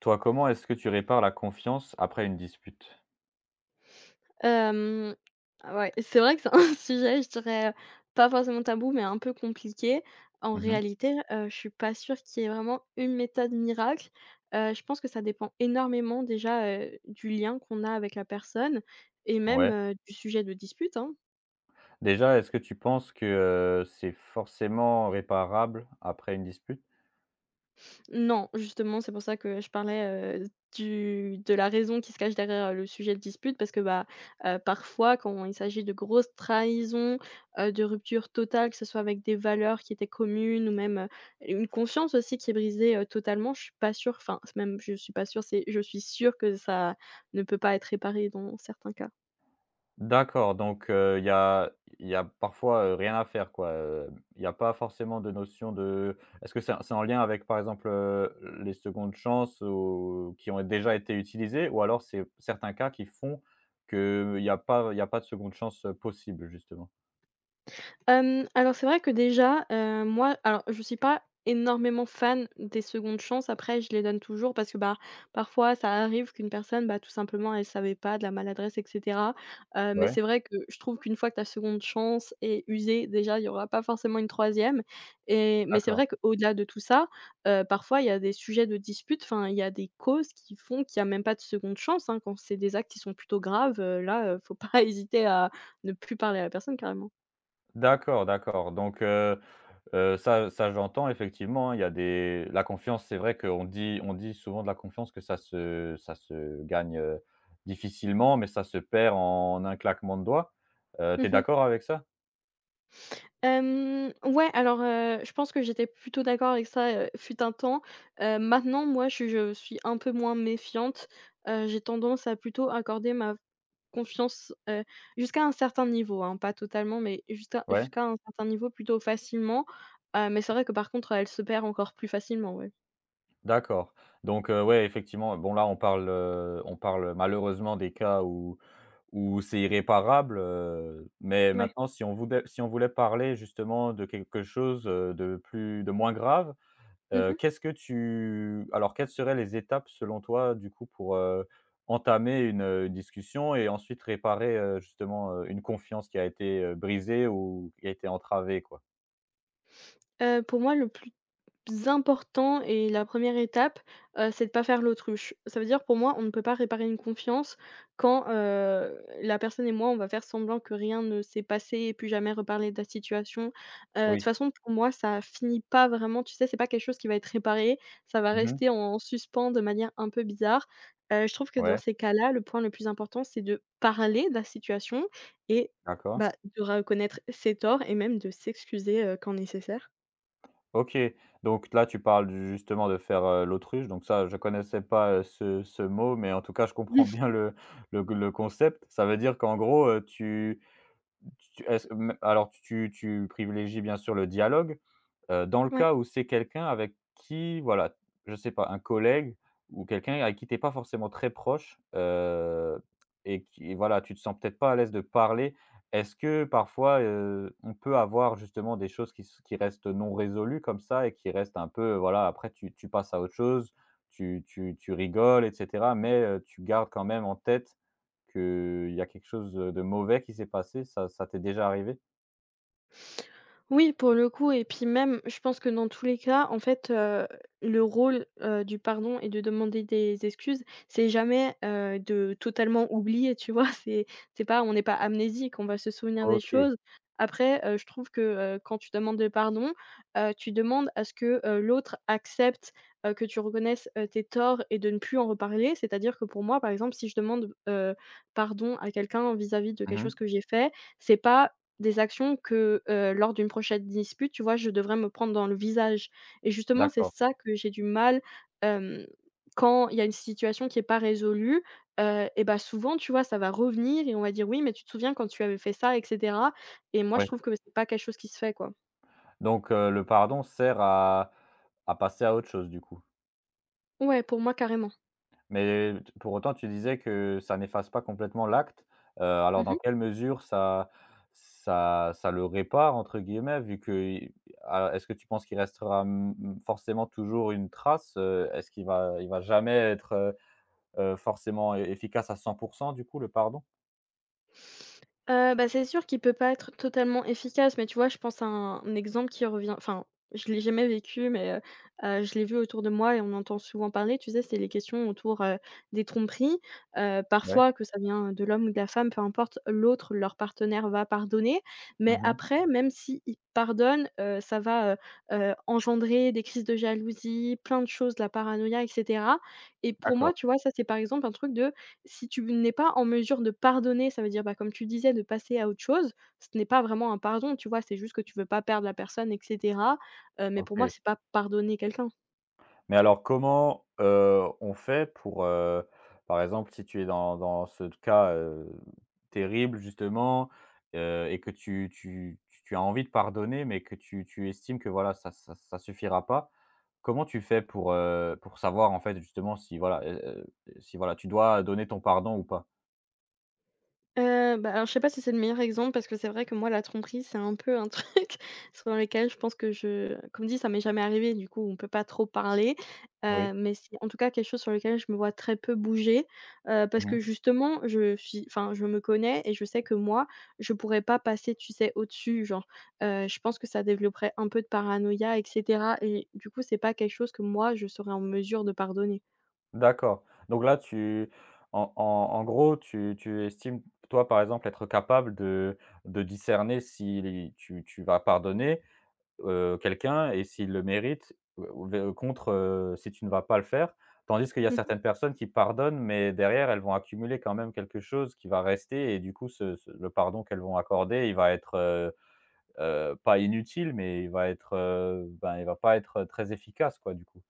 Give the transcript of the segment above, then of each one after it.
Toi, comment est-ce que tu répares la confiance après une dispute? Hem, ouais, c'est vrai que c'est un sujet, je dirais, pas forcément tabou, mais un peu compliqué. En Mmh. réalité, je suis pas sûre qu'il y ait vraiment une méthode miracle. Je pense que ça dépend énormément déjà, du lien qu'on a avec la personne et même, Ouais. Du sujet de dispute, hein. Déjà, est-ce que tu penses que, c'est forcément réparable après une dispute? Non, justement, c'est pour ça que je parlais, du de la raison qui se cache derrière, le sujet de dispute parce que, bah, parfois quand il s'agit de grosses trahisons, de ruptures totales, que ce soit avec des valeurs qui étaient communes ou même, une confiance aussi qui est brisée, totalement, je suis pas sûre, c'est je suis sûre que ça ne peut pas être réparé dans certains cas. D'accord, donc il y a il y a parfois, rien à faire quoi, il y a pas forcément de notion de est-ce que c'est en lien avec par exemple, les secondes chances ou qui ont déjà été utilisées ou alors c'est certains cas qui font qu'il y a pas de seconde chance, possible justement? Alors c'est vrai que déjà, moi alors je suis pas énormément fan des secondes chances. Après je les donne toujours parce que, bah, parfois ça arrive qu'une personne, bah, tout simplement elle savait pas, de la maladresse et cetera. Mais Ouais, c'est vrai que je trouve qu'une fois que ta seconde chance est usée, déjà il y aura pas forcément une troisième et mais c'est d'accord. vrai qu'au-delà de tout ça, parfois il y a des sujets de dispute, enfin il y a des causes qui font qu'il y a même pas de seconde chance, hein. Quand c'est des actes qui sont plutôt graves, là, faut pas hésiter à ne plus parler à la personne carrément. D'accord, d'accord. Donc ça j'entends effectivement, hein, il y a des la confiance, c'est vrai qu'on dit souvent de la confiance que ça se gagne, difficilement, mais ça se perd en un claquement de doigts. Mmh Tu mh. d'accord avec ça? Ouais, alors, je pense que j'étais plutôt d'accord avec ça, fut un temps. Maintenant, moi, je suis un peu moins méfiante. J'ai tendance à plutôt accorder ma confiance, jusqu'à un certain niveau, hein, pas totalement, mais Ouais? jusqu'à un certain niveau plutôt facilement. Mais c'est vrai que par contre, elle se perd encore plus facilement, ouais. D'accord. Donc, ouais, effectivement, bon là on parle malheureusement des cas où où c'est irréparable, mais Ouais. maintenant si on voulait parler justement de quelque chose, de plus de moins grave. Mmh mh. Qu'est-ce que tu alors quelles seraient les étapes selon toi du coup pour, entamer une discussion et ensuite réparer, justement, une confiance qui a été, brisée ou qui a été entravée quoi? Pour moi, le plus important et la première étape, c'est de pas faire l'autruche. Ça veut dire pour moi, on ne peut pas réparer une confiance quand, la personne et moi, on va faire semblant que rien ne s'est passé et puis jamais reparler de la situation. De toute Oui. façon, pour moi, ça finit pas vraiment, tu sais? C'est pas quelque chose qui va être réparé, ça va rester Mmh. en suspens de manière un peu bizarre. Je trouve que dans Ouais, ces cas-là, le point le plus important, c'est de parler de la situation et d'accord. bah, de reconnaître ses torts et même de s'excuser, quand nécessaire. OK, donc là tu parles du justement de faire, l'autruche, donc ça je connaissais pas, ce ce mot, mais en tout cas je comprends bien le le concept. Ça veut dire qu'en gros, tu tu est-ce me alors tu privilégies bien sûr le dialogue. Dans le Ouais. cas où c'est quelqu'un avec qui, voilà, je sais pas, un collègue ou quelqu'un avec qui tu pas forcément très proche, et qui voilà, tu te sens peut-être pas à l'aise de parler. Est-ce que parfois, on peut avoir justement des choses qui s qui restent non résolues comme ça et qui restent un peu, voilà, après tu passes à autre chose, tu rigoles et cetera, mais tu gardes quand même en tête qu'il y a quelque chose, de mauvais qui s'est passé, ça t'est déjà arrivé? Oui, pour le coup et puis même, je pense que dans tous les cas, en fait, le rôle, du pardon et de demander des excuses, c'est jamais, de totalement oublier, tu vois? C'est pas, on n'est pas amnésique, on va se souvenir des OK. choses. Après, je trouve que, quand tu demandes le pardon, tu demandes à ce que, l'autre accepte, que tu reconnaisses, tes torts et de ne plus en reparler. C'est-à-dire que pour moi, par exemple, si je demande, pardon à quelqu'un vis-à-vis de quelque Mmh. chose que j'ai fait, c'est pas des actions que, lors d'une prochaine dispute, tu vois, je devrais me prendre dans le visage et justement, c'est D'accord. ça que j'ai du mal, hem, quand il y a une situation qui est pas résolue, et bah, souvent, tu vois, ça va revenir et on va dire: «Oui, mais tu te souviens quand tu avais fait ça?» et cetera et moi, je Ouais. trouve que c'est pas quelque chose qui se fait, quoi. Donc le pardon sert à passer à autre chose du coup. Ouais, pour moi, carrément. Mais t pour autant, tu disais que ça n'efface pas complètement l'acte, alors dans Mmh. quelle mesure ça «le répare» entre guillemets vu que i a est-ce que tu penses qu'il restera, mmh mmh, forcément toujours une trace, heu? Est-ce qu'il va jamais être, forcément e efficace à cent pour 100 du coup le pardon? Bah, c'est sûr qu'il peut pas être totalement efficace, mais tu vois, je pense à un exemple qui revient enfin, je l'ai jamais vécu, mais je l'ai vu autour de moi et on entend souvent parler, tu sais, c'est les questions autour, des tromperies. Ouais. Parfois, que ça vient de l'homme ou de la femme, peu importe, l'autre, leur partenaire va pardonner, mais Mmh. après, même s'il pardonne, ça va, engendrer des crises de jalousie, plein de choses, de la paranoïa et cetera et pour moi, D'accord. tu vois, ça, c'est par exemple un truc de, si tu n'es pas en mesure de pardonner, ça veut dire, bah, comme tu disais, de passer à autre chose. Ce n'est pas vraiment un pardon, tu vois? C'est juste que tu veux pas perdre la personne et cetera, mais pour moi, OK. c'est pas pardonner quelqu'un. Mais alors comment, on fait pour, par exemple, si tu es dans ce cas, terrible justement, et que tu as envie de pardonner, mais que tu estimes que voilà, ça suffira pas. Comment tu fais pour savoir en fait justement si voilà, si voilà, tu dois donner ton pardon ou pas? Bah, alors je sais pas si c'est le meilleur exemple parce que c'est vrai que moi la tromperie, c'est un peu un truc sur lequel je pense que je, comme dit, ça m'est jamais arrivé, du coup on peut pas trop parler, Oui. Mais c'est en tout cas quelque chose sur lequel je me vois très peu bouger, parce Mmh. que justement je suis enfin je me connais et je sais que moi, je pourrais pas passer, tu sais, au-dessus genre, je pense que ça développerait un peu de paranoïa et cetera et du coup c'est pas quelque chose que moi je serais en mesure de pardonner. D'accord. Donc là, tu en gros, tu estimes, toi, par exemple, être capable de discerner si tu vas pardonner, quelqu'un et s'il le mérite, ou v contre, si tu ne vas pas le faire. Tandis qu'il y a certaines personnes qui pardonnent, mais derrière, elles vont accumuler quand même quelque chose qui va rester et du coup, ce ce le pardon qu'elles vont accorder, il va être, pas inutile, mais il va être, ben, il va pas être très efficace, quoi, du coup.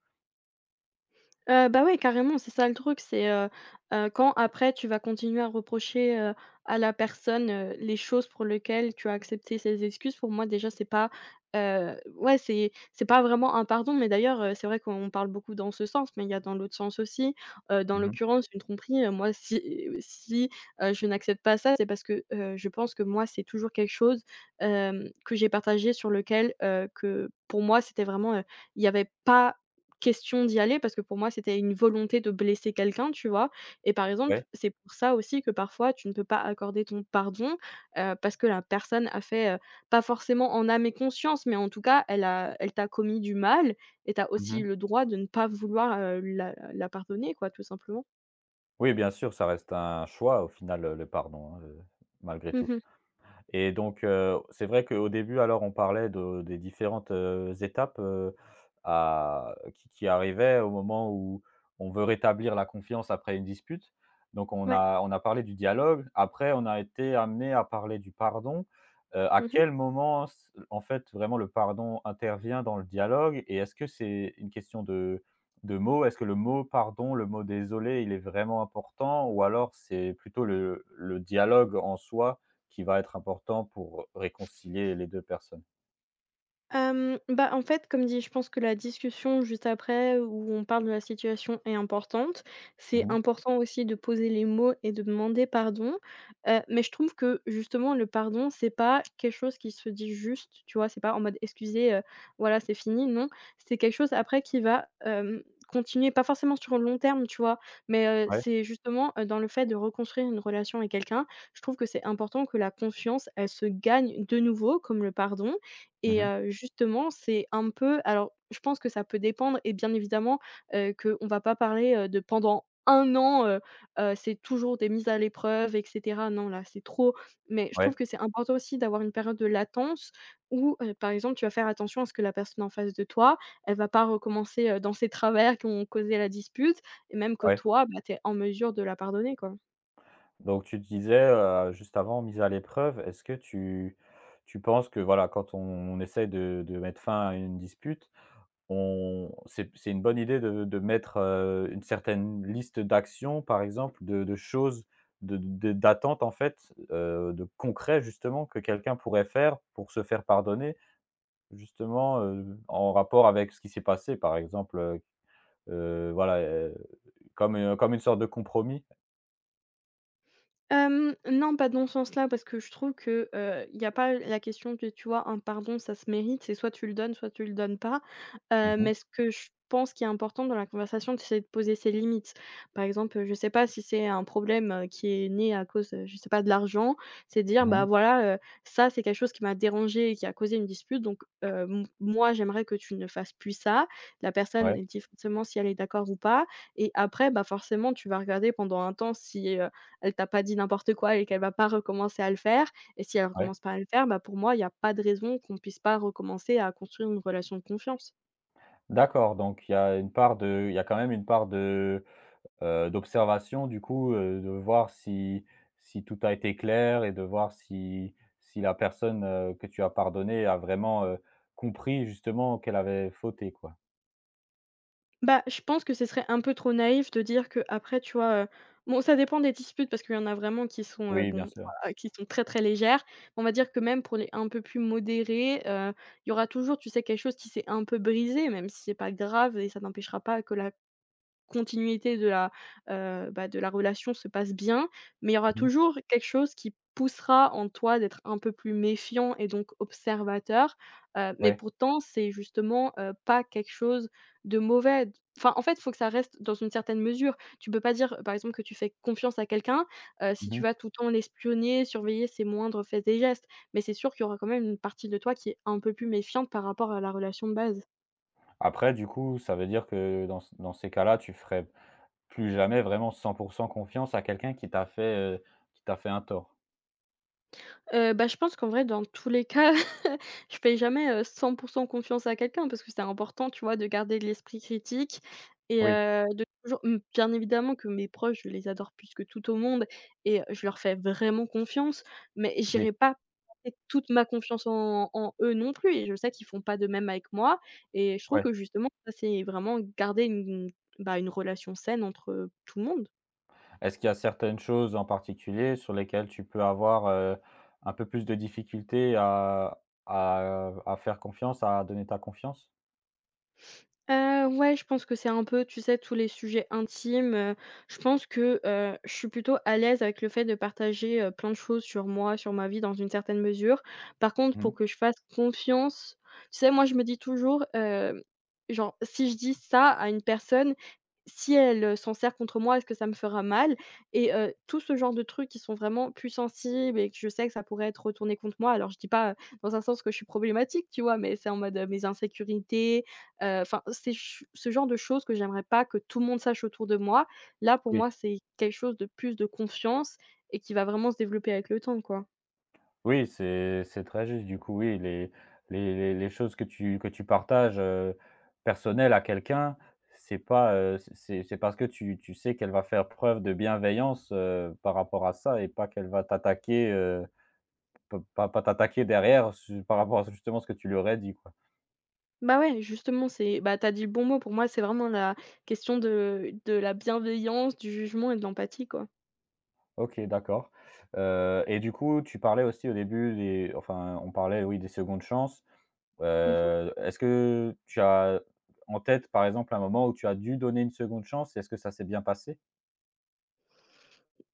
Bah, ouais, carrément, c'est ça le truc, c'est, quand après tu vas continuer à reprocher, à la personne, les choses pour lesquelles tu as accepté ses excuses, pour moi déjà c'est pas, ouais, c'est pas vraiment un pardon, mais d'ailleurs, c'est vrai qu'on parle beaucoup dans ce sens, mais il y a dans l'autre sens aussi. Dans Mmh. l'occurrence, une tromperie, moi si, je n'accepte pas ça, c'est parce que, je pense que moi, c'est toujours quelque chose, que j'ai partagé sur lequel, que pour moi, c'était vraiment, il y avait pas question d'y aller parce que pour moi, c'était une volonté de blesser quelqu'un, tu vois? Et par exemple, Ouais. c'est pour ça aussi que parfois tu ne peux pas accorder ton pardon, parce que la personne a fait, pas forcément en âme et conscience, mais en tout cas, elle t'a commis du mal et t'as aussi Mmh. le droit de ne pas vouloir, la pardonner quoi, tout simplement. Oui, bien sûr, ça reste un choix au final, le pardon, hein, malgré tout. Mmh. Et donc, c'est vrai qu'au début, alors, on parlait de des différentes, étapes, à qui arrivaient au moment où on veut rétablir la confiance après une dispute. Donc on Ouais. a on a parlé du dialogue, après on a été amené à parler du pardon. À Mmh. quel moment s en fait, vraiment le pardon intervient dans le dialogue? Et est-ce que c'est une question de mots? Est-ce que le mot pardon, le mot désolé, il est vraiment important? Ou alors c'est plutôt le dialogue en soi qui va être important pour réconcilier les 2 personnes? Bah, en fait, comme dit, je pense que la discussion juste après où on parle de la situation est importante. Mmh C'est mh. important aussi de poser les mots et de demander pardon, mais je trouve que justement le pardon, c'est pas quelque chose qui se dit juste, tu vois? C'est pas en mode: «Excusez, voilà, c'est fini», non. C'est quelque chose après qui va, continuer, pas forcément sur le long terme, tu vois? Mais, Ouais. c'est justement, dans le fait de reconstruire une relation avec quelqu'un, je trouve que c'est important que la confiance, elle se gagne de nouveau comme le pardon Mmh et mh. Justement, c'est un peu alors je pense que ça peut dépendre et bien évidemment, qu'on va pas parler, de pendant un an, c'est toujours des mises à l'épreuve et cetera. Non, là, c'est trop. Mais je trouve Ouais, que c'est important aussi d'avoir une période de latence où, par exemple, tu vas faire attention à ce que la personne en face de toi, elle va pas recommencer, dans ses travers qui ont causé la dispute et même que ouais. toi, bah, tu es en mesure de la pardonner, quoi. Donc tu disais, juste avant, mise à l'épreuve, est-ce que tu penses que voilà, quand on essaie de mettre fin à une dispute, on c'est une bonne idée de mettre, une certaine liste d'actions, par exemple, de choses, de d'attentes, en fait, de concret, justement, que quelqu'un pourrait faire pour se faire pardonner, justement, en rapport avec ce qui s'est passé, par exemple, voilà, comme, comme une sorte de compromis. Non, pas dans ce sens-là, parce que je trouve que, il n'y a pas la question que, tu vois, un pardon, ça se mérite, c'est soit tu le donnes, soit tu le donnes pas. Mmh mh. Mais ce que je pense qui est important dans la conversation, c'est de poser ses limites. Par exemple, je sais pas si c'est un problème, qui est né à cause, je sais pas, de l'argent, c'est de dire: Mmh «Bah, mh. voilà, ça, c'est quelque chose qui m'a dérangé et qui a causé une dispute, donc m moi, j'aimerais que tu ne fasses plus ça». La personne, Ouais, elle dit forcément si elle est d'accord ou pas et après, bah, forcément, tu vas regarder pendant un temps si elle t'a pas dit n'importe quoi et qu'elle va pas recommencer à le faire et si elle ouais. recommence pas à le faire, bah, pour moi, il y a pas de raison qu'on puisse pas recommencer à construire une relation de confiance. D'accord, donc il y a une part de il y a quand même une part de, d'observation du coup, de voir si si tout a été clair et de voir si si la personne, que tu as pardonnée a vraiment, compris justement qu'elle avait fauté, quoi. Bah, je pense que ce serait un peu trop naïf de dire que après tu vois, bon, ça dépend des disputes parce qu'il y en a vraiment qui sont, Oui, bien bon, sûr. voilà, qui sont très, très légères. On va dire que même pour les un peu plus modérées, il y aura toujours, tu sais, quelque chose qui s'est un peu brisé, même si c'est pas grave et ça n'empêchera pas que la continuité de la, de la relation se passe bien, mais il y aura Mmh mh. toujours quelque chose qui poussera en toi d'être un peu plus méfiant et donc observateur, mais Ouais. pourtant c'est justement, pas quelque chose de mauvais enfin, en fait, il faut que ça reste dans une certaine mesure. Tu peux pas dire, par exemple, que tu fais confiance à quelqu'un, si Mmh tu mh. vas tout le temps l'espionner, surveiller ses moindres faits et gestes, mais c'est sûr qu'il y aura quand même une partie de toi qui est un peu plus méfiante par rapport à la relation de base. Après du coup, ça veut dire que dans c dans ces cas-là, tu ferais plus jamais vraiment 100% confiance à quelqu'un qui t'a fait un tort? Je pense qu'en vrai, dans tous les cas, je fais jamais, 100 confiance à quelqu'un parce que c'est important, tu vois, de garder de l'esprit critique et Oui, heu, de toujours bien évidemment que mes proches, je les adore plus que tout au monde et je leur fais vraiment confiance, mais oui. j'irai pas placer toute ma confiance en eux non plus et je sais qu'ils font pas de même avec moi et je trouve Ouais. que justement ça, c'est vraiment garder une, bah, une relation saine entre tout le monde. Est-ce qu'il y a certaines choses en particulier sur lesquelles tu peux avoir, un peu plus de difficultés à à faire confiance, à donner ta confiance? Ouais, je pense que c'est un peu, tu sais, tous les sujets intimes, je pense que, je suis plutôt à l'aise avec le fait de partager, plein de choses sur moi, sur ma vie dans une certaine mesure. Par contre, Mmh mh. pour que je fasse confiance, tu sais, moi je me dis toujours, genre si je dis ça à une personne, si elle, s'en sert contre moi, est-ce que ça me fera mal? Et tout ce genre de trucs qui sont vraiment plus sensibles et que je sais que ça pourrait être retourné contre moi. Alors je dis pas, dans un sens que je suis problématique, tu vois? Mais c'est en mode, mes insécurités, enfin c'est ch ce genre de choses que j'aimerais pas que tout le monde sache autour de moi. Là, pour moi, c'est quelque chose de plus de confiance et qui va vraiment se développer avec le temps, quoi. Oui, c'est très juste. Du coup, oui, les les choses que tu partages, personnelles à quelqu'un, c'est pas, c'est parce que tu sais qu'elle va faire preuve de bienveillance, par rapport à ça et pas qu'elle va t'attaquer, p pas pas t'attaquer derrière su par rapport à ce justement ce que tu lui aurais dit, quoi. Bah, ouais, justement, c'est bah, t'as dit le bon mot. Pour moi, c'est vraiment la question de la bienveillance, du jugement et de l'empathie, quoi. OK, d'accord, et du coup, tu parlais aussi au début des enfin, on parlait, oui, des secondes chances. Mmh. Est-ce que tu as en tête, par exemple, un moment où tu as dû donner une seconde chance et est-ce que ça s'est bien passé?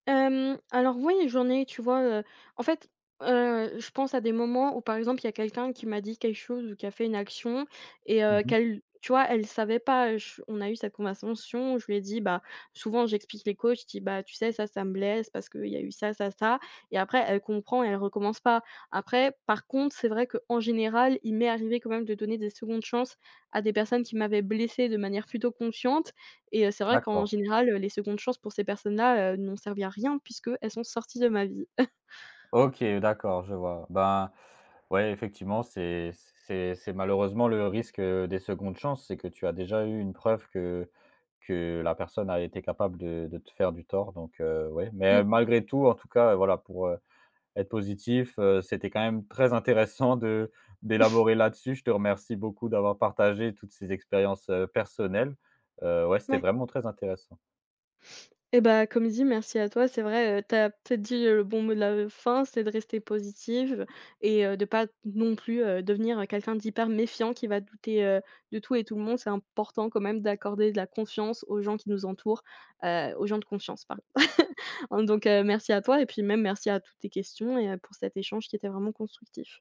Hem, alors oui, j'en ai, tu vois? En fait, je pense à des moments où, par exemple, il y a quelqu'un qui m'a dit quelque chose ou qui a fait une action et Mmh. qu'elle tu vois, elle savait pas. Je On a eu cette conversation où je lui ai dit, bah, souvent j'explique les coachs. Je dis: «Bah, tu sais, ça me blesse parce qu'il y a eu ça, ça, ça» et après elle comprend et elle recommence pas. Après, par contre, c'est vrai qu'en général, il m'est arrivé quand même de donner des secondes chances à des personnes qui m'avaient blessée de manière plutôt consciente et c'est vrai qu'en D'accord. général, les secondes chances pour ces personnes-là, n'ont servi à rien puisque elles sont sorties de ma vie. OK, d'accord, je vois. Ben, ouais, effectivement, c'est malheureusement le risque, des secondes chances, c'est que tu as déjà eu une preuve que la personne a été capable de te faire du tort donc ouais, mais Mmh. Malgré tout, en tout cas, voilà, pour, être positif. C'était quand même très intéressant de d'élaborer là-dessus. Je te remercie beaucoup d'avoir partagé toutes ces expériences, personnelles. Ouais, c'était Ouais. vraiment très intéressant. Et bah, comme dit, merci à toi. C'est vrai, tu peut-être dit, le bon mot de la fin, c'est de rester positive et de pas non plus, devenir, quelqu'un d'hyper méfiant qui va douter, de tout et tout le monde. C'est important quand même d'accorder de la confiance aux gens qui nous entourent, aux gens de confiance, pardon. Donc merci à toi et puis même merci à toutes tes questions et pour cet échange qui était vraiment constructif.